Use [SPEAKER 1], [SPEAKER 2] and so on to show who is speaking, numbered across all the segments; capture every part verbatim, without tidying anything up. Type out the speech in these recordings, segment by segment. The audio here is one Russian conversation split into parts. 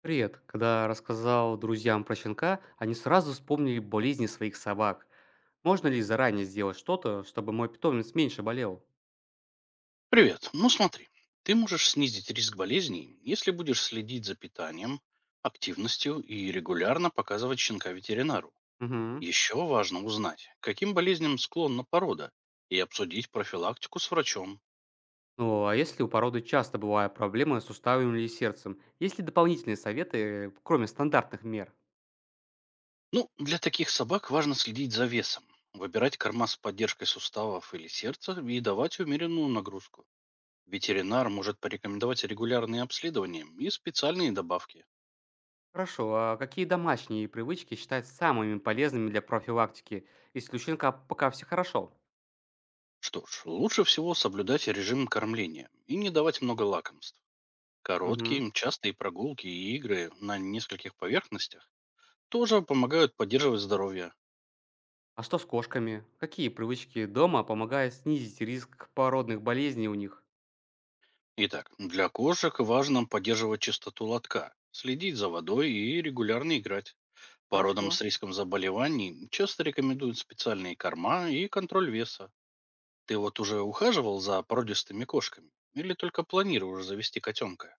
[SPEAKER 1] Привет. Когда рассказал друзьям про щенка, они сразу вспомнили болезни своих собак. Можно ли заранее сделать что-то, чтобы мой питомец меньше болел?
[SPEAKER 2] Привет. Ну смотри, ты можешь снизить риск болезней, если будешь следить за питанием, активностью и регулярно показывать щенка ветеринару.
[SPEAKER 1] Угу.
[SPEAKER 2] Еще важно узнать, к каким болезням склонна порода, и обсудить профилактику с врачом.
[SPEAKER 1] Ну, а если у породы часто бывают проблемы с суставами или сердцем, есть ли дополнительные советы, кроме стандартных мер?
[SPEAKER 2] Ну, для таких собак важно следить за весом, выбирать корма с поддержкой суставов или сердца и давать умеренную нагрузку. Ветеринар может порекомендовать регулярные обследования и специальные добавки.
[SPEAKER 1] Хорошо, а какие домашние привычки считать самыми полезными для профилактики, если у щенка пока все хорошо?
[SPEAKER 2] Что ж, лучше всего соблюдать режим кормления и не давать много лакомств. Короткие,
[SPEAKER 1] Угу.
[SPEAKER 2] частые прогулки и игры на нескольких поверхностях тоже помогают поддерживать здоровье.
[SPEAKER 1] А что с кошками? Какие привычки дома помогают снизить риск породных болезней у них?
[SPEAKER 2] Итак, для кошек важно поддерживать чистоту лотка, следить за водой и регулярно играть.
[SPEAKER 1] Хорошо.
[SPEAKER 2] Породам с риском заболеваний часто рекомендуют специальные корма и контроль веса. Ты вот уже ухаживал за породистыми кошками? Или только планируешь завести котенка?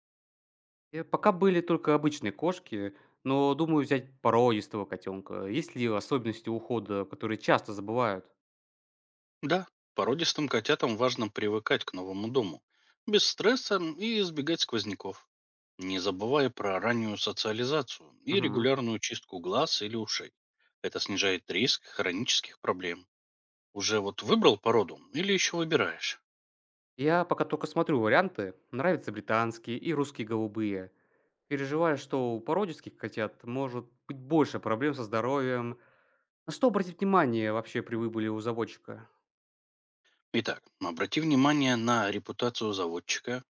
[SPEAKER 1] Э, пока были только обычные кошки, но думаю взять породистого котенка. Есть ли особенности ухода, которые часто забывают?
[SPEAKER 2] Да, породистым котятам важно привыкать к новому дому, без стресса и избегать сквозняков, не забывая про раннюю социализацию и
[SPEAKER 1] Мгм.
[SPEAKER 2] регулярную чистку глаз или ушей. Это снижает риск хронических проблем. Уже вот выбрал породу или еще выбираешь?
[SPEAKER 1] Я пока только смотрю варианты. Нравятся британские и русские голубые. Переживаю, что у породистых котят может быть больше проблем со здоровьем. На что обратить внимание вообще при выборе у заводчика?
[SPEAKER 2] Итак, обрати внимание на репутацию заводчика,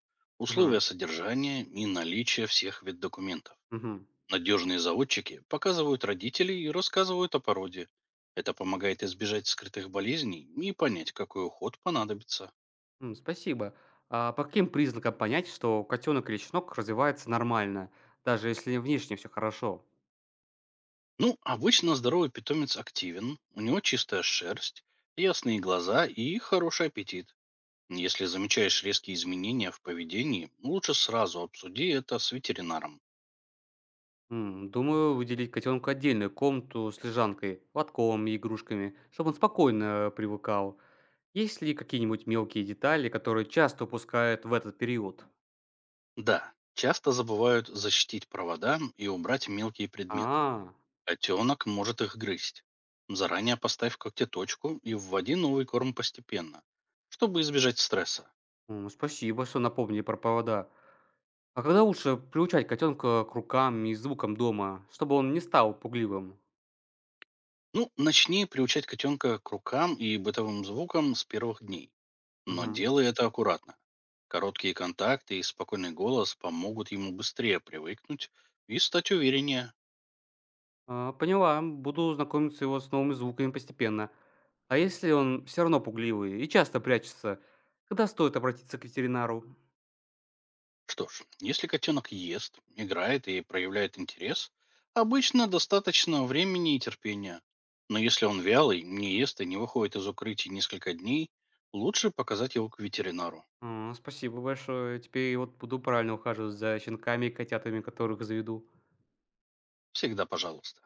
[SPEAKER 1] Мгм.
[SPEAKER 2] условия содержания и наличие всех вид документов.
[SPEAKER 1] Мгм.
[SPEAKER 2] Надежные заводчики показывают родителей и рассказывают о породе. Это помогает избежать скрытых болезней и понять, какой уход понадобится.
[SPEAKER 1] М, Спасибо. А по каким признакам понять, что котенок или щенок развивается нормально, даже если внешне все хорошо?
[SPEAKER 2] Ну, обычно здоровый питомец активен, у него чистая шерсть, ясные глаза и хороший аппетит. Если замечаешь резкие изменения в поведении, лучше сразу обсуди это с ветеринаром.
[SPEAKER 1] М, Думаю, выделить котенку отдельную комнату с лежанкой, лотком и игрушками, чтобы он спокойно привыкал. Есть ли какие-нибудь мелкие детали, которые часто упускают в этот период?
[SPEAKER 2] Да, часто забывают защитить провода и убрать мелкие предметы.
[SPEAKER 1] А,
[SPEAKER 2] Котенок может их грызть. Заранее поставь когтеточку и вводи новый корм постепенно, чтобы избежать стресса.
[SPEAKER 1] м, спасибо, что напомнили про повода. А когда лучше приучать котенка к рукам и звукам дома, чтобы он не стал пугливым?
[SPEAKER 2] Ну, начни приучать котенка к рукам и бытовым звукам с первых дней, но
[SPEAKER 1] Мгм.
[SPEAKER 2] делай это аккуратно. Короткие контакты и спокойный голос помогут ему быстрее привыкнуть и стать увереннее.
[SPEAKER 1] А, поняла, буду знакомиться его с новыми звуками постепенно. А если он все равно пугливый и часто прячется, когда стоит обратиться к ветеринару?
[SPEAKER 2] Что ж, если котенок ест, играет и проявляет интерес, обычно достаточно времени и терпения. Но если он вялый, не ест и не выходит из укрытий несколько дней, лучше показать его к ветеринару.
[SPEAKER 1] А, спасибо большое. Теперь вот буду правильно ухаживать за щенками и котятами, которых заведу.
[SPEAKER 2] Всегда пожалуйста.